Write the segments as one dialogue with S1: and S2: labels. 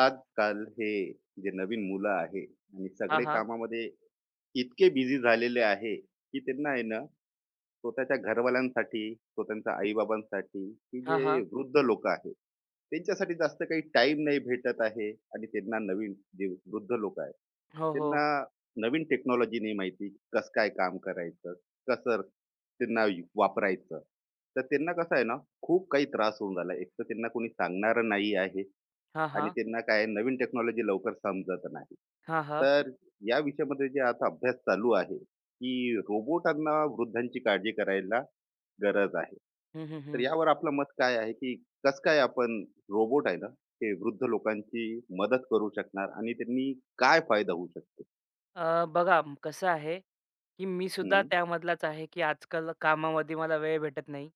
S1: आजकाल हे जे नवीन मुलं आहे आणि
S2: हां,
S1: सगळे
S2: हां.
S1: कामामध्ये इतके बिझी झालेले आहे की त्यांना आहे ना स्वतःच्या घरवाल्यांसाठी स्वतःच्या आईबाबांसाठी की
S2: हां,
S1: जे
S2: हां.
S1: वृद्ध लोक आहेत त्यांच्यासाठी जास्त काही टाइम नाही भेटत आहे आणि त्यांना नवीन जे वृद्ध लोक आहेत
S2: हो, हो.
S1: त्यांना नवीन टेक्नॉलॉजी नाही माहिती कसं काय काम करायचं कसं त्यांना वापरायचं तर त्यांना कसं आहे ना खूप काही त्रास होऊन झाला एक तर त्यांना कोणी सांगणारं नाही आहे
S2: हां,
S1: आणि
S2: हां.
S1: त्यांना काय नवीन टेक्नॉलॉजी लवकर समजत नाही.
S2: हां, हां.
S1: तर या विषयामध्ये जे आता अभ्यास चालू आहे, की रोबोटांना वृद्धांची काळजी करायला गरज आहे.
S2: हं, हं,
S1: तर
S2: हं.
S1: यावर आपलं मत काय आहे, की कसं काय आपण रोबोट आहे ना, ते वृद्ध लोकांची मदत करू शकणार आणि त्यांनी काय फायदा होऊ शकतो?
S2: बघा कसं आहे, की मी सुद्धा
S1: हं.
S2: त्यामधलाच आहे, की आजकाल कामामध्ये मला वेळ भेटत नाही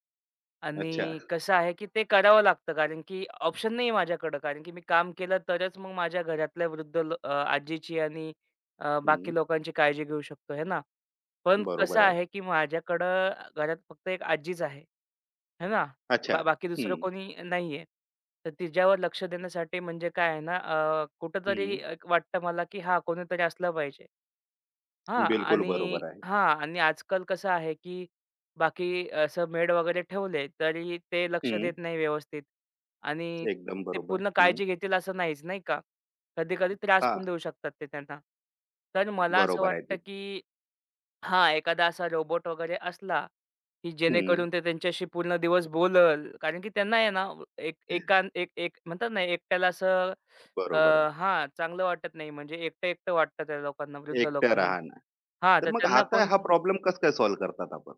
S1: अच्छा.
S2: आणि कसं आहे, की ते करावं लागतं कारण की ऑप्शन नाही आहे माझ्याकडं. कारण की मी काम केलं तरच मग माझ्या घरातल्या वृद्ध आजीची आणि
S1: हं.
S2: बाकी लोकांची काळजी घेऊ शकतो, आहे ना. पण कसं
S1: बरोबर आहे.
S2: आहे, की माझ्याकडं घरात फक्त एक आजीच आहे. है ना?
S1: अच्छा.
S2: बाकी दुसरं
S1: हं.
S2: कोणी नाहीये. तर तिच्यावर लक्ष देण्यासाठी म्हणजे काय आहे ना कुठेतरी
S1: हं.
S2: एक वाटतं मला, की हां, कोणीतरी असलं पाहिजे. हां
S1: बिलकुल
S2: आणि
S1: बरोबर आहे.
S2: हां आणि आजकाल कसं आहे, की बाकी असं मेड वगैरे ठेवले, तरी ते लक्ष
S1: हं.
S2: देत नाही व्यवस्थित आणि
S1: एकदम
S2: ते
S1: बरोबर.
S2: पूर्ण
S1: हं.
S2: काळजी घेतील असं नाहीच, नाही का? कधी-कधी त्रास पण
S1: हां.
S2: देऊ शकतात ते त्यांना. तर मला असं
S1: बरोबर आहे ते.
S2: वाटतं, की हां, एखादा असा रोबोट वगैरे असला की
S1: हं.
S2: जेणेकरून ते त्यांच्याशी पूर्ण दिवस बोलल. कारण की त्यांना आहे ना, एक एक म्हणतात ना, एकट्याला असं अ,
S1: बरोबर आहे.
S2: हां, चांगलं वाटत नाही. म्हणजे एकटं-एकटं वाटतं त्या लोकांना, वृद्ध
S1: एकटं
S2: लोकांना.
S1: राहणं.
S2: हां,
S1: तर
S2: तर
S1: मग
S2: त्यांना
S1: आता
S2: कोण
S1: हा प्रॉब्लेम कसं काय सॉल्व्ह करतात आपण?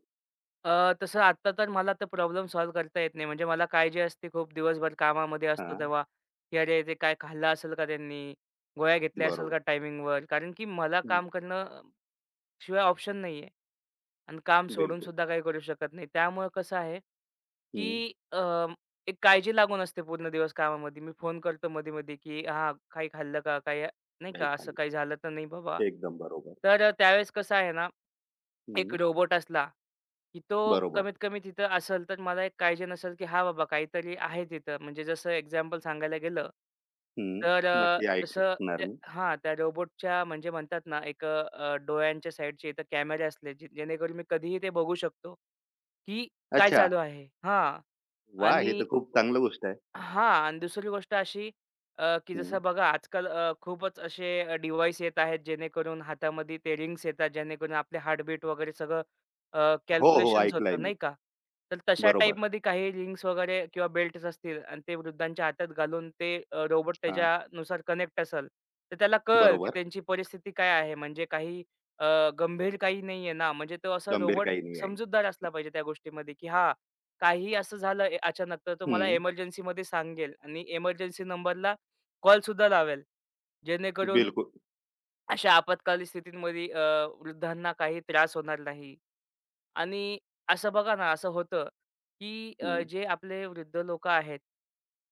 S2: तसं आत्ता तर मला तर प्रॉब्लेम सॉल्व्ह करता येत नाही. म्हणजे मला काळजी असते खूप दिवसभर कामामध्ये असतो
S1: हां,
S2: तेव्हा, की अरे, ते काय खाल्लं असेल का त्यांनी? गोळ्या घेतल्या असेल
S1: बरोबर.
S2: का टायमिंगवर? कारण की मला
S1: हं,
S2: काम करणं शिवाय ऑप्शन नाहीये. आणि काम सोडून
S1: बिलकुल.
S2: सुद्धा काही करू शकत नाही. त्यामुळं कसं आहे,
S1: हं,
S2: की एक काळजी लागून असते पूर्ण दिवस कामामध्ये. मी फोन करतो मध्ये-मध्ये, की "हां, काही खाल्लं का? काही नाही
S1: काही
S2: का? असं
S1: खाल्लं.
S2: काही झालं तर नाही बाबा?"
S1: एकदम बरोबर.
S2: तर त्यावेळेस कसं आहे ना
S1: हं,
S2: एक रोबोट असला, की तो
S1: बरोबर.
S2: कमीत कमी तिथं असेल, तर मला एक काळजी नसेल, की हां बाबा काहीतरी आहे तिथं. म्हणजे जसं एक्झाम्पल सांगायला गेलं,
S1: हं,
S2: तर
S1: नक्की
S2: जसं
S1: ऐकणार
S2: ते
S1: मी.
S2: हां, त्या रोबोटच्या म्हणजे म्हणतात ना, एक डोळ्यांच्या साईडचे इथं कॅमेरे असले, जे जेणेकरून मी कधीही ते बघू शकतो, की काय
S1: अच्छा,
S2: चालू आहे हां.
S1: वाह! हे तर
S2: आणि
S1: खूप चांगली गोष्ट आहे.
S2: हां आणि दुसरी गोष्ट अशी की
S1: हं.
S2: जसं बघा आजकाल खूपच असे डिव्हाइस येत आहेत, जेणेकरून हातामध्ये ते रिंग्स येतात, जेणेकरून आपले हार्टबीट वगैरे सगळं
S1: हो, हो,
S2: कॅल्क्युलेशन्स
S1: ऐकलंय
S2: होतं
S1: मी.
S2: नाही का? तर तशा
S1: बरोबर.
S2: टाईपमध्ये काही रिंग्स वगैरे किंवा बेल्ट्स असतील आणि ते वृद्धांच्या हातात घालून ते रोबोट
S1: हां,
S2: त्याच्यानुसार कनेक्ट असेल, तर त्याला कळेल, की
S1: बरोबर.
S2: त्यांची परिस्थिती काय आहे. म्हणजे काही गंभीर काही नाहीये ना. म्हणजे तो असा
S1: गंभीर
S2: रोबोट
S1: काही नाही आहे.
S2: समजूतदार असला पाहिजे त्या गोष्टीमध्ये, की हां, काहीही असं झालं अचानक तर तो मला
S1: हं,
S2: एमर्जन्सीमध्ये सांगेल आणि एमर्जन्सी नंबरला कॉलसुद्धा लावेल. जेणेकरून
S1: बिलकुल.
S2: अशा आपत्कालीन स्थितींमध्ये वृद्धांना काही त्रास होणार नाही. आणि असं बघा ना, असं होतं, की
S1: हं,
S2: जे आपले वृद्ध लोकं आहेत,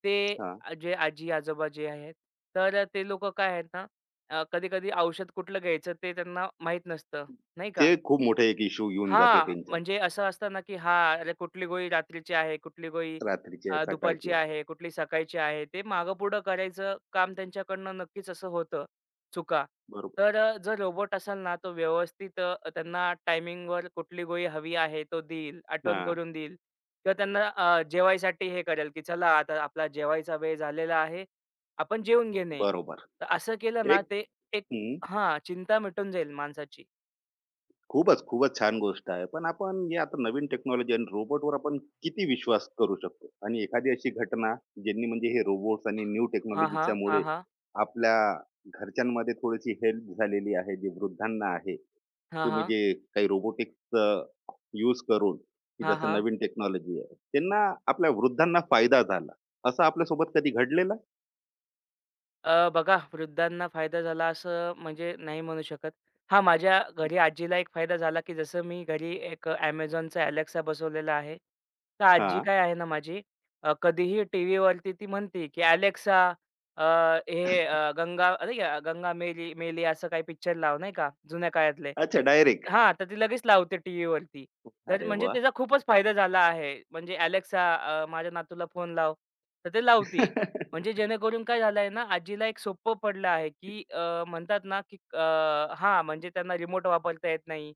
S2: ते
S1: हां.
S2: जे आजी-आजोबा जे आहेत, तर ते लोकं काय आहेत ना, कधी-कधी औषध कुठलं घ्यायचं ते त्यांना माहीत नसतं, नाही
S1: ते
S2: का?
S1: खूप मोठं एक इश्यू येऊन जाते
S2: हां,
S1: त्यांच्यात.
S2: म्हणजे असं असतं ना, की हां, अरे कुठली गोळी रात्रीची आहे, कुठली गोळी
S1: रात्रीची आहे, सकाळची
S2: दुपारची
S1: आहे.
S2: आहे, कुठली सकाळची आहे. ते मागं-पुढं करायचं काम त्यांच्याकडनं नक्कीच असं होतं, चुका.
S1: बरोबर.
S2: तर जर रोबोट असेल ना, तो व्यवस्थित त्यांना टायमिंगवर कुठली गोळी हवी आहे, तो देईल, आठवण
S1: हां,
S2: करून देईल किंवा त्यांना जेवायसाठी हे करेल, की चला आता आपला जेवायचा वेळ झालेला आहे, आपण जेवून घेणे.
S1: बरोबर.
S2: तर असं केलं ना,
S1: एक
S2: ते एक हां, चिंता मिटून जाईल माणसाची.
S1: खूपच, खूपच छान गोष्ट आहे. पण आपण हे आता नवीन टेक्नॉलॉजी आणि रोबोटवर आपण किती विश्वास करू शकतो? आणि एखादी अशी घटना ज्यांनी म्हणजे हे रोबोट्स आणि न्यू
S2: हां, हां. हां,
S1: टेक्नॉलॉजीच्यामुळे
S2: हां.
S1: आपल्या घरच्यांमध्ये थोडीशी हेल्प झालेली आहे, जे वृद्धांना आहे.
S2: हां,
S1: तुम्ही
S2: हां.
S1: जे काही रोबोटिक्स यूज करून, की
S2: हां,
S1: जसं
S2: हां.
S1: नवीन टेक्नॉलॉजी आहे, त्यांना आपल्या वृद्धांना फायदा झाला. असं आपल्यासोबत कधी घडलेलं?
S2: बघा वृद्धांना फायदा झाला असं म्हणजे नाही म्हणू शकत. हां, माझ्या घरी आजीला एक फायदा झाला, की जसं मी घरी एक Amazonचा Alexa बसवलेला आहे. तर आजी
S1: हां.
S2: काय आहे ना माझी कधीही टीव्हीवरती ती म्हणते, की "Alexa अ, हे गंगा अरे गंगा मेली मेली असं काही पिक्चर लाव" नाही का जुन्या काळातले.
S1: अच्छा डायरेक्ट.
S2: हां, तर ती लगेच लावते टीव्हीवरती. तर
S1: अरे
S2: म्हणजे
S1: वाह!
S2: त्याचा खूपच फायदा झाला आहे. म्हणजे "Alexa माझ्या नातूला फोन लाव." तर ते लावती. म्हणजे जेणेकरून काय झालंय ना, आजीला एक सोपं पडलं आहे, की म्हणतात ना, की हां, म्हणजे त्यांना रिमोट वापरता येत नाही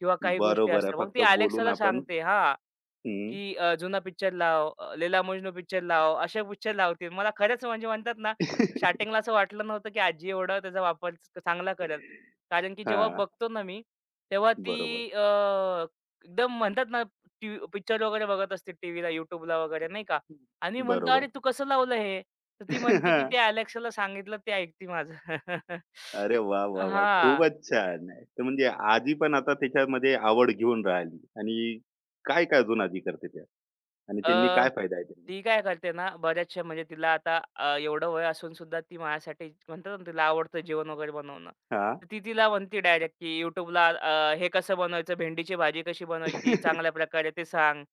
S2: किंवा काही गोष्टी
S1: बरोबर आहे.
S2: असतात. मग
S1: फक्त
S2: ती
S1: बोलून
S2: Alexaला
S1: आपण
S2: सांगते हां,
S1: हं.
S2: की जुना पिक्चर लाव, "लैला-मजनू" पिक्चर लाव, असे पिक्चर लावतील. मला खरंच म्हणजे म्हणतात ना, स्टार्टिंगला असं वाटलं नव्हतं, की आजी एवढा त्याचा वापर चांगला करेल. कारण की जेव्हा
S1: हां.
S2: बघतो ना मी, तेव्हा
S1: बरोबर.
S2: ती एकदम म्हणतात ना, पिक्चर वगैरे बघत असते टीव्हीला, YouTubeला वगैरे नाही का आणि म्हणतो,
S1: बरोबर.
S2: "अरे, तू कसं लावलं हे?" तर ती म्हणते, की "ते Alexaला सांगितलं, ते ऐकते माझं."
S1: अरे वाह, वाह, वाह!
S2: हां.
S1: खूपच छान. आहे. तर म्हणजे आजी पण आता त्याच्यामध्ये आवड घेऊन राहिली आणि काय-काय अजून आजी करते त्या? आणि त्यांनी
S2: अ,
S1: काय फायदा आहे त्यांना?
S2: ती काय करते ना, बऱ्याचशा म्हणजे तिला आता एवढं वय असून सुद्धा ती माझ्यासाठी म्हणतात ना, तिला आवडतं जेवण वगैरे बनवणं.
S1: हां.
S2: तर ती तिला म्हणते डायरेक्ट, की YouTubeला हे कसं बनवायचं, भेंडीची भाजी कशी बनवायची चांगल्या प्रकारे ते सांग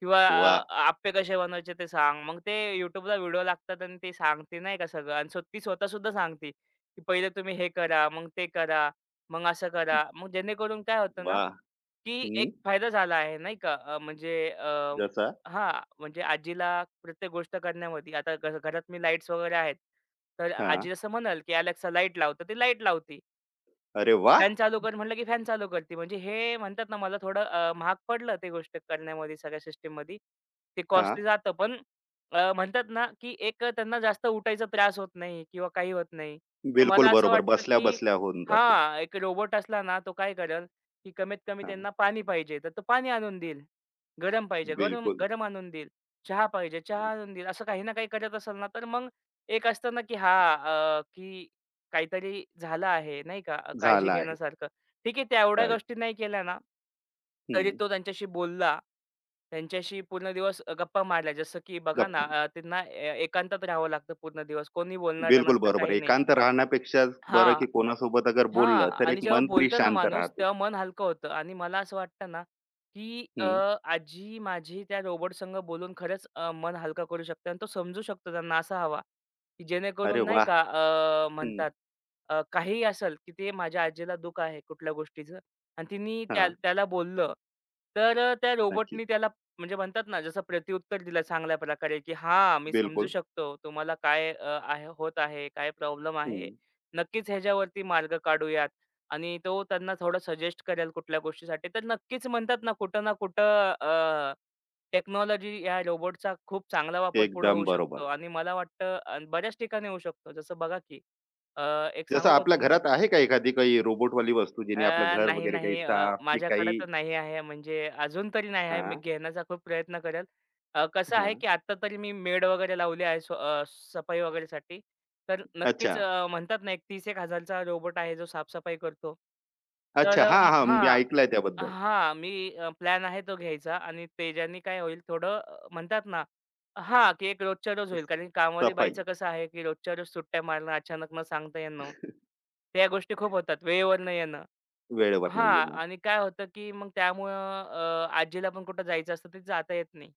S2: किंवा
S1: वाह!
S2: आप्पे कसे बनवायचे ते सांग. मग ते YouTubeला व्हिडिओ लागतात आणि ते सांगते नाही का सगळं आणि ती स्वतः सुद्धा सांगते, की पहिले तुम्ही हे करा, मग ते करा, मग असं करा. मग जेणेकरून काय होतं ना,
S1: वाह!
S2: की एक
S1: हं.
S2: फायदा झाला आहे नाही का.
S1: जसा?
S2: म्हणजे आजीला प्रत्येक गोष्ट करण्यामध्ये आता घरात मी लाईट्स वगैरे आहेत. तर
S1: हां.
S2: आजी जसं म्हणाल, की "Alexa लाईट लाव." तर ती लाईट लावते.
S1: अरे वाह!
S2: फॅन चालू कर म्हटलं की फॅन चालू करते. म्हणजे हे म्हणतात ना मला थोडं महाग पडलं ते गोष्ट करण्यामध्ये सगळ्या सिस्टममध्ये. ते
S1: हां.
S2: कॉस्टली जातं पण म्हणतात ना की एक त्यांना जास्त उठायचा त्रास होत नाही किंवा काही होत नाही. तर
S1: बिलकुल
S2: मला असं
S1: बरोबर.
S2: वाटतं की
S1: बसल्या-बसल्या होऊन जाते.
S2: हां, एक रोबोट असला ना तो काय करेल, की कमीत कमी
S1: हां.
S2: त्यांना पाणी पाहिजे तर तो पाणी आणून देईल. गरम पाहिजे गरम
S1: बिलकुल
S2: गरम आणून देईल. चहा पाहिजे चहा आणून देईल. असं काही ना काही करत असेल ना तर मग एक असतं ना की हां, की काहीतरी झालं आहे, नाही का, काळजी
S1: झालं आहे.
S2: घेण्यासारखं. ठीक आहे, त्या एवढ्या
S1: काय
S2: गोष्टी नाही केल्या ना, तरी
S1: हं.
S2: तो त्यांच्याशी बोलला. त्यांच्याशी पूर्ण दिवस गप्पा मारल्या. जसं की बघा ना,
S1: गप्प.
S2: त्यांना एकांतात राहावं लागतं पूर्ण दिवस. कोणी बोलणारं
S1: बिलकुल
S2: नसतं,
S1: बरोबर.
S2: काही नाही.
S1: एकांत राहण्यापेक्षा बरं
S2: हां.
S1: की कोणासोबत अगर
S2: हां.
S1: बोललं तर
S2: आणि
S1: एक
S2: जेव्हा
S1: मन तरी
S2: बोलतं ना
S1: शांत
S2: माणूस,
S1: राहते.
S2: तेव्हा मन हलकं होतं आणि मला असं वाटतं ना, की
S1: हं.
S2: आजी माझी त्या रोबोटसंग बोलून खरंच मन हलका करू शकते आणि तो समजू शकतो त्यांना असा हवा, की
S1: अरे
S2: जेणेकरून नाही
S1: वाह!
S2: का म्हणतात काहीही असेल, की ते माझ्या आजीला दुःख आहे कुठल्या गोष्टीचं आणि तिनी त्या
S1: हां,
S2: त्याला बोललं, तर त्या
S1: नक्की.
S2: रोबोटनी त्याला म्हणजे म्हणतात ना, जसं प्रत्युत्तर दिलं चांगल्या प्रकारे, की "हां, मी समजू
S1: बिलकुल.
S2: शकतो तुम्हाला काय आहे होत आहे, काय प्रॉब्लेम आहे."
S1: हं.
S2: नक्कीच ह्याच्यावरती मार्ग काढूयात आणि तो त्यांना थोडं सजेस्ट करेल कुठल्या गोष्टीसाठी. तर नक्कीच म्हणतात ना कुठं ना कुठं टेक्नॉलॉजी या रोबोटचा खूप चांगला वापर पुढे
S1: एकदम
S2: होऊ शकतो
S1: बरोबर.
S2: आणि मला वाटतं बऱ्याच ठिकाणी होऊ शकतो. जसं बघा की अ, एक
S1: जसं
S2: सांगू का
S1: आपल्या घरात आहे का एखादी काही रोबोटवाली वस्तू
S2: अ,
S1: जिने आपलं घर
S2: नाही,
S1: वगैरे काही
S2: नाही.
S1: साफ की
S2: माझ्याकडे
S1: काही
S2: तर नाही आहे. म्हणजे अजून तरी नाही आहे. मी
S1: हां,
S2: घेण्याचा खूप प्रयत्न करेल. कसं आहे,
S1: हां.
S2: की आता तरी मी मेड वगैरे लावली आहे सफाई वगैरेसाठी. तर
S1: अच्छा,
S2: नक्कीच म्हणतात ना, एक 30,000-1,000 चा रोबोट आहे, जो साफसफाई करतो. तर
S1: अच्छा.
S2: अ,
S1: हां,
S2: म
S1: हां. मी
S2: हां,
S1: ऐकलंय त्याबद्दल.
S2: हां. मी प्लॅन आहे तो घ्यायचा आणि त्याच्याने काय होईल थोडं म्हणतात ना हां, की एक रोजच्या रोज होईल. कारण कामवाली
S1: सफाई
S2: बाईचं कसं आहे, की रोजच्या रोज सुट्ट्या मारणं, अचानक न सांगता येणं, त्या गोष्टी खूप होतात. वेळेवर न येणं.
S1: वेळेवर नाही
S2: हां.
S1: येणार.
S2: आणि काय होतं, की मग त्यामुळं आजीला पण कुठं जायचं असतं ते जाता येत नाही.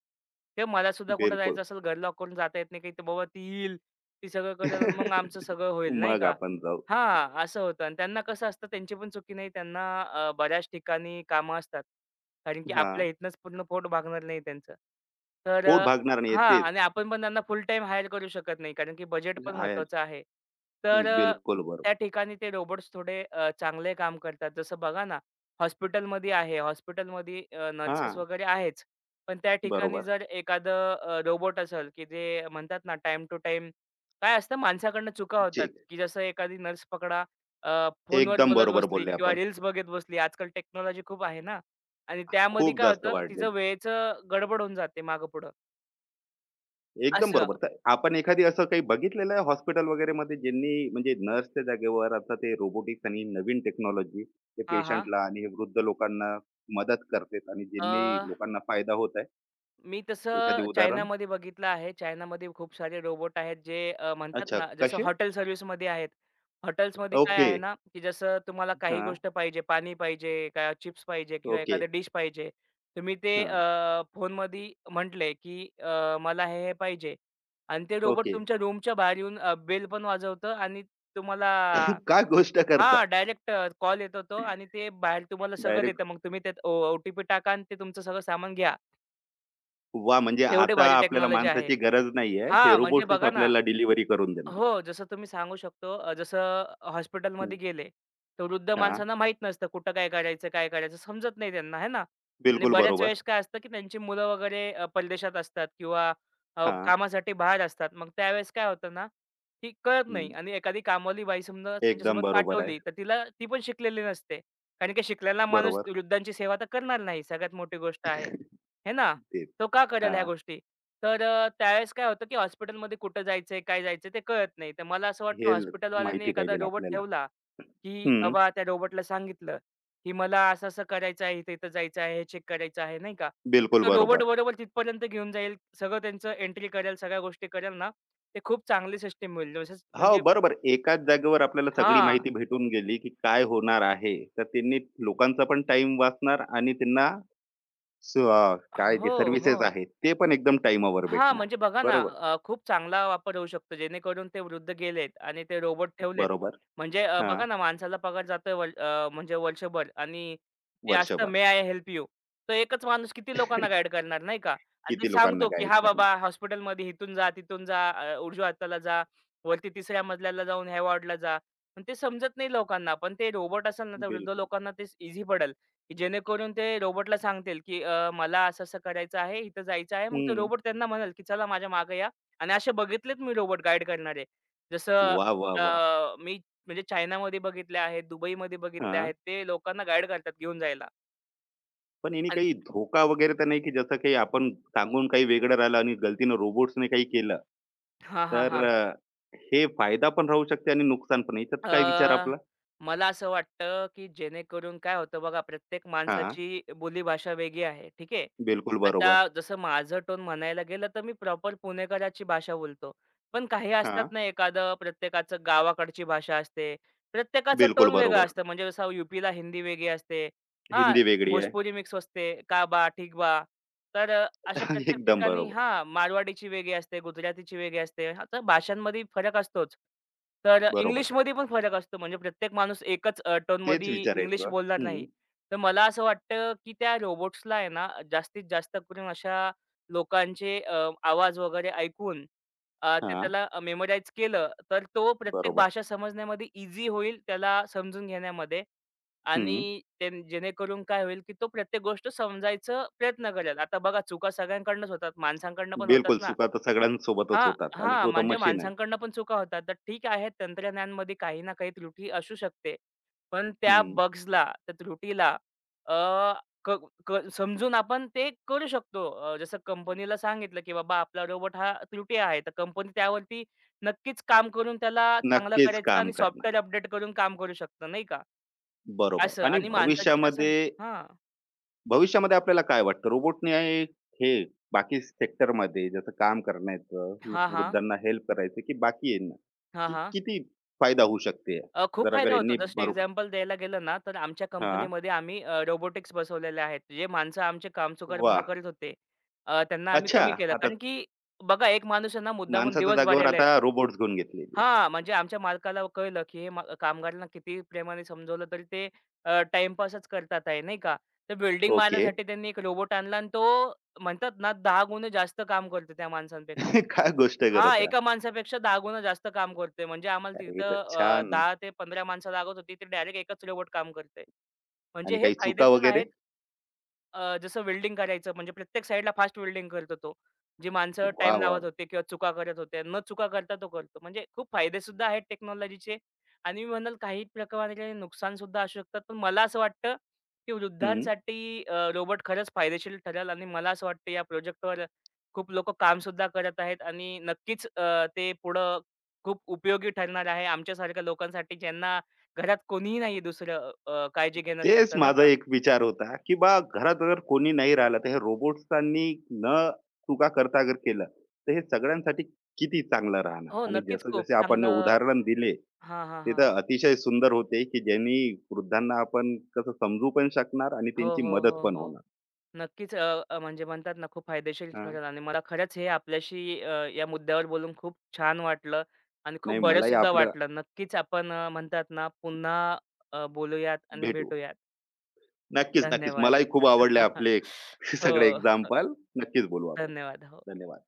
S2: किंवा मला सुद्धा कुठं
S1: बिलकुल.
S2: जायचं असेल घर लॉक करून जाता येत नाही, की बाबा ती येईल, ती सगळं करेल आणि मग आमचं सगळं होईल नाही
S1: मग
S2: का?
S1: आपण जाऊ.
S2: हां, असं होतं आणि त्यांना कसं असतं त्यांची पण चुकी नाही. त्यांना बऱ्याच ठिकाणी कामं असतात. कारण की
S1: हां.
S2: आपल्या इथनंच पूर्ण पोट भागणार नाही त्यांचं. तर
S1: पोट भागणार नाहीये
S2: हां आणि
S1: तेच.
S2: आपण पण त्यांना फुल टाईम हायर करू शकत नाही. कारण की बजेट पण
S1: आहे.
S2: महत्त्वाचं आहे. तर
S1: बिलकुल
S2: त्या
S1: बरोबर.
S2: ठिकाणी ते रोबोट्स थोडे चांगले काम करतात. जसं बघा ना, हॉस्पिटलमध्ये आहे. हॉस्पिटलमध्ये नर्सेस
S1: हां,
S2: वगैरे आहेच. पण त्या ठिकाणी
S1: बरोबर.
S2: जर एखादं रोबोट असेल, की जे म्हणतात ना टाइम टू टाईम काय असतं माणसाकडनं चुका होतात,
S1: चेक.
S2: की जसं एखादी नर्स पकडा फोनवर
S1: एकदम
S2: बोलत
S1: बरोबर
S2: बसली
S1: बोलले
S2: किंवा
S1: आपण.
S2: रील्स बघत बसली. आजकाल टेक्नॉलॉजी खूप आहे ना आणि त्यामध्ये
S1: खूप
S2: काय
S1: जास्त
S2: होतं,
S1: वाढले.
S2: तिचं वेळेचं गडबड होऊन जाते मागे पुढं
S1: एकदम
S2: असं.
S1: बरोबर. तर आपण एखादी असं काही बघितलेलं आहे हॉस्पिटल वगैरेमध्ये ज्यांनी म्हणजे नर्सच्या जागेवर आता ते रोबोटिक्स आणि नवीन टेक्नॉलॉजी ते
S2: हां, हां.
S1: पेशंटला आणि हे वृद्ध लोकांना मदत करतात आणि ज्यांनी लोकांना फायदा होत आहे?
S2: मी
S1: एखादी
S2: तसं
S1: उदाहरण?
S2: चायनामध्ये बघितलं आहे. चायनामध्ये खूप सारे रोबोट आहेत जे म्हणतात
S1: अच्छा,
S2: ना, जसं
S1: कसे?
S2: हॉटेल सर्व्हिसमध्ये आहेत. हॉटेल्समध्ये काय
S1: ओके.
S2: आहे ना, की जसं तुम्हाला काही
S1: हां.
S2: गोष्ट पाहिजे, पाणी पाहिजे, का चिप्स पाहिजे किंवा
S1: ओके.
S2: एखादं डिश पाहिजे. तुम्ही ते
S1: हां.
S2: फोनमध्ये म्हटले, की मला हे पाहिजे आणि ते रोबोट
S1: ओके.
S2: तुमच्या रूमच्या बाहेर येऊन बेल पण वाजवतं आणि तुम्हाला
S1: काय गोष्ट करता?
S2: हां, डायरेक्ट कॉल येतो तो आणि ते बाहेर तुम्हाला सगळं
S1: डायरेक्ट
S2: देतं. मग तुम्ही त्यात OTP टाका आणि ते तुमचं सगळं सामान घ्या.
S1: वाह! म्हणजे
S2: एवढी
S1: आता
S2: भारी
S1: आपल्याला
S2: टेक्नॉलॉजी आहे.
S1: माणसाची गरज नाहीये. हे
S2: हां, म्हणजे
S1: रोबोट्सच
S2: बघा ना
S1: आपल्याला डिलिव्हरी करून देणार.
S2: हो, जसं तुम्ही सांगू शकतो जसं
S1: हं.
S2: हॉस्पिटलमध्ये गेले, तर वृद्ध
S1: हां.
S2: माणसांना माहीत नसतं कुठं काय करायचं, काय करायचं समजत नाही त्यांना है ना. आणि
S1: बिलकुल
S2: बऱ्याच
S1: बरोबर.
S2: वेळेस काय असतं, की त्यांची मुलं वगैरे परदेशात असतात किंवा
S1: हां.
S2: कामासाठी बाहेर असतात. मग त्यावेळेस काय होतं ना, की कळत
S1: हं.
S2: नाही आणि एखादी कामवाली बाई समजा
S1: एकदम
S2: त्यांच्यासोबत
S1: बरोबर आहे.
S2: पाठवली, तर तिला ती पण शिकलेली नसते. कारण की शिकलेला माणूस
S1: बरोबर.
S2: वृद्धांची सेवा तर करणार नाही, सगळ्यात मोठी गोष्ट आहे. आहे ना?
S1: तेच.
S2: तो का करेल ह्या
S1: हां,
S2: गोष्टी? त्यावेळेस काय होतं, की हॉस्पिटलमध्ये कुठं जायचंय, काय जायचंय ते कळत नाही. तर मला असं वाटतं
S1: हे ल-
S2: हॉस्पिटलवाल्यांनी
S1: माहिती
S2: एखादा
S1: पाहिजे
S2: रोबोट
S1: आपल्याला.
S2: ठेवला, की
S1: हं,
S2: बाबा त्या रोबोटला सांगितलं, की मला असं-असं करायचं आहे, इथं-इथं जायचं आहे, हे चेक करायचं आहे, नाही का. तर
S1: बिलकुल
S2: तो रोबोट
S1: बरोबर.
S2: बरोबर तिथपर्यंत घेऊन जाईल. सगळं त्यांचं एंट्री करेल, सगळ्या गोष्टी करेल ना, ते खूप चांगली सिस्टम होईल. जसं
S1: हो,
S2: म्हणजे
S1: बरोबर. एकाच जागेवर आपल्याला सगळी
S2: हां.
S1: माहिती भेटून गेली, की काय होणार आहे. तर त्यांनी लोकांचा पण टाईम वाचणार आणि त्यांना काय जे
S2: हो, हो.
S1: सर्व्हिसेस आहेत, ते पण एकदम टाईमावर
S2: हां,
S1: भेटणार.
S2: म्हणजे बघा ना,
S1: बरोबर,
S2: खूप चांगला वापर होऊ शकतो जेणेकरून ते वृद्ध गेलेत आणि ते रोबोट ठेवलेत.
S1: बरोबर. हां,
S2: बघा ना, माणसाला पगार जातोय वर म्हणजे वर्षभर आणि ते असतं
S1: वर्षभर.
S2: May I help you? तर एकच माणूस किती लोकांना गाईड करणार नाही का? आणि ते
S1: किती लोकांना
S2: सांगतो, की
S1: गाईड
S2: "हां,
S1: करणे.
S2: बाबा हॉस्पिटलमध्ये इथून जा, तिथून जा, उजव्या हाताला जा, वरती तिसऱ्या मजल्याला जाऊन ह्या वॉर्डला जा." पण ते समजत नाही लोकांना. पण ते रोबोट असेल ना, तर वृद्ध
S1: बिलकुल.
S2: लोकांना ते इझी पडेल. की जेणेकरून ते रोबोटला सांगतील, की मला असं-असं करायचं आहे, इथं जायचं आहे. मग तो
S1: हं.
S2: रोबोट त्यांना म्हणेल, की चला माझ्या मागे या. आणि असे बघितलेत मी रोबोट गाईड करणारे. जसं
S1: वा वा वा
S2: अ, मी म्हणजे चायनामध्ये बघितले आहेत, दुबईमध्ये बघितले
S1: हां,
S2: आहेत. ते लोकांना गाईड करतात घेऊन जायला.
S1: पण याने
S2: आणि
S1: काही धोका वगैरे तर नाही, की जसं काही आपण सांगून काही वेगळं राहिलं आणि गलतीनं रोबोट्सने काही केलं?
S2: हां, हां,
S1: तर
S2: हां.
S1: हे फायदा पण राहू शकते आणि नुकसान पण. याच्यात काय विचार
S2: अ,
S1: आपला?
S2: मला असं वाटतं, की जेणेकरून काय होतं बघा, प्रत्येक
S1: हां,
S2: माणसाची बोलीभाषा वेगळी आहे. ठीक आहे.
S1: बिलकुल बरोबर.
S2: आता जसं माझं टोन म्हणायला गेलं, तर मी प्रॉपर पुणेकराची भाषा बोलतो. पण काही असतात
S1: हां,
S2: ना, एखादं प्रत्येकाचं गावाकडची भाषा असते. प्रत्येकाचा
S1: बिलकुल
S2: टोन वेगळा
S1: बरोबर.
S2: असतं. म्हणजे जसं यू हिंदी वेगळी असते. हां,
S1: हिंदी वेगळी आहे.
S2: भोजपुरी मिक्स असते. "का बा? ठीक बा?" अशा प्रत्येक
S1: एकदम
S2: ठिकाणी
S1: बरोबर,
S2: हां, मारवाडीची वेगळी असते, गुजरातीची वेगळी असते. आता भाषांमध्ये फरक असतोच.
S1: बरोबर.
S2: इंग्लिशमध्ये पण फरक असतो. म्हणजे प्रत्येक माणूस एकच
S1: तेच
S2: टोनमध्ये इंग्लिश
S1: विचारायचं.
S2: बोलणार
S1: हं,
S2: नाही. तर मला असं वाटतं, की त्या रोबोट्सला आहे ना, जास्तीत जास्त करून अशा लोकांचे आवाज वगैरे ऐकून ते
S1: हां,
S2: त्याला मेमोराईज केलं, तर तो प्रत्येक
S1: बरोबर.
S2: भाषा समजण्यामध्ये ईझी होईल त्याला समजून घेण्यामध्ये.
S1: हं,
S2: आणि ते जेणेकरून काय होईल, की तो प्रत्येक गोष्ट समजायचा प्रयत्न करेल. आता बघा चुका सगळ्यांकडूनच होतात. माणसांकडनं पण होतच
S1: बिलकुल
S2: ना.
S1: चुका तर सगळ्यांसोबतच
S2: हां,
S1: होतात आणि
S2: हां,
S1: तो तर
S2: म्हणजे
S1: मशीन आहे.
S2: माणसांकडनं पण चुका होतात. तर ठीक आहे, तंत्रज्ञानामध्ये काही ना काही त्रुटी असू शकते. पण त्या
S1: हं,
S2: बग्सला, त्या त्रुटीला अ, क क समजून आपण ते करू शकतो. जसं कंपनीला सांगितलं, की बाबा आपला रोबोट हा त्रुटी आहे. तर कंपनी त्यावरती नक्कीच काम करून त्याला चांगलं
S1: नक्कीच
S2: करायचं
S1: काम
S2: आणि
S1: करणं.
S2: सॉफ्टवेअर अपडेट करून काम करू शकतं, नाही का?
S1: बरोबर
S2: असं
S1: आणि
S2: आणि माणसाची कसं
S1: भविष्यामध्ये
S2: हां.
S1: भविष्यामध्ये आपल्याला काय वाटतं रोबोटने हे बाकी सेक्टरमध्ये जसं काम करण्याचं
S2: हां, हां.
S1: वृद्धांना हेल्प करायचं की बाकी यांना
S2: हां,
S1: की
S2: हां.
S1: किती फायदा होऊ शकते
S2: खूप
S1: जर अगर
S2: फायदा होतो.
S1: यांनी
S2: जस्ट
S1: बरोबर
S2: एक्झाम्पल द्यायला गेलं ना, तर आमच्या
S1: हा
S2: कंपनीमध्ये आम्ही रोबोटिक्स बसवलेले आहेत. जे माणसं आमचे
S1: वा
S2: कामचुकारपणा करत होते, त्यांना आम्ही
S1: अच्छा
S2: कमी केलं.
S1: आता
S2: कारण की बघा एक माणूस आहे ना मुद्दामून
S1: माणसाच्या
S2: दिवस
S1: जागेवर
S2: भरायला
S1: आता
S2: येतो.
S1: रोबोट घेऊन घेतलेली आहे
S2: हां, म्हणजे आमच्या मालकाला कळलं, की हे म कामगारांना किती प्रेमाने समजवलं तरी ते अ, करतात आहे, नाही का? तर वेल्डिंग
S1: ओके
S2: मारण्यासाठी त्यांनी एक रोबोट आणला आणि तो म्हणतात ना 10 गुणे जास्त काम करतो त्या माणसांपेक्षा.
S1: काय गोष्ट
S2: हां,
S1: करत आहे
S2: एका माणसापेक्षा 10 गुणा जास्त काम करते. म्हणजे आम्हाला
S1: अरे हे तर
S2: तिथं
S1: छान
S2: 10 ते 15 माणसं लागत होती. ती डायरेक्ट एकच रोबोट काम करते.
S1: आणि
S2: म्हणजे हे
S1: काही
S2: फायदे
S1: चुका
S2: पण
S1: वगैरे
S2: आहेत जसं वेल्डिंग करायचं म्हणजे प्रत्येक साइडला फास्ट वेल्डिंग करतो तो. जी माणसं
S1: वा
S2: टाईम
S1: वा
S2: लावत
S1: वा.
S2: होते किंवा चुका करत होते. न चुका करता तो करतो. म्हणजे खूप फायदेसुद्धा आहेत टेक्नॉलॉजीचे आणि मी म्हणाल काही प्रकारे नुकसानसुद्धा असू शकतात. पण मला असं वाटतं, की
S1: हम्म
S2: वृद्धांसाठी रोबोट खरंच फायदेशीर ठरेल आणि मला असं वाटतं या प्रोजेक्टवर खूप लोकं कामसुद्धा करत आहेत आणि नक्कीच ते पुढं खूप उपयोगी ठरणार आहे आमच्यासारख्या लोकांसाठी ज्यांना घरात कोणीही नाहीये दुसरं काळजी
S1: तेच
S2: घेण्यासारखं नाही
S1: माझा
S2: का?
S1: एक विचार होता, की बा घरात जर कोणी नाही राहिलं, तर हे रोबोट्सांनी न चुका करता अगर केलं, तर हे सगळ्यांसाठी किती चांगलं राहणार.
S2: हो,
S1: आणि
S2: नक्कीच खूप
S1: जसं-जसे आपण
S2: चांगलं
S1: उदाहरण दिले,
S2: हां, हां,
S1: ते
S2: हां.
S1: तर अतिशय सुंदर होते, की ज्यांनी वृद्धांना आपण कसं समजू पण शकणार आणि
S2: हो,
S1: त्यांची
S2: हो,
S1: मदत
S2: हो,
S1: पण
S2: हो.
S1: होणार.
S2: नक्कीच अ, अ, म्हणजे म्हणतात ना, खूप फायदेशीर
S1: हां,
S2: ठरेल आणि मला खरंच हे आपल्याशी या मुद्द्यावर बोलून खूप छान वाटलं आणि खूप
S1: नाही
S2: बरं
S1: मलाही
S2: सुद्धा
S1: आपलं
S2: वाटलं. नक्कीच आपण म्हणतात ना, पुन्हा बोलूयात आणि
S1: भेटू.
S2: भेटूयात.
S1: नक्कीच, नक्कीच.
S2: धन्यवाद.
S1: मलाही खूप आवडले आपले सगळे
S2: हो,
S1: एक्झाम्पल. नक्कीच बोलू आपण.
S2: धन्यवाद. हो.
S1: धन्यवाद.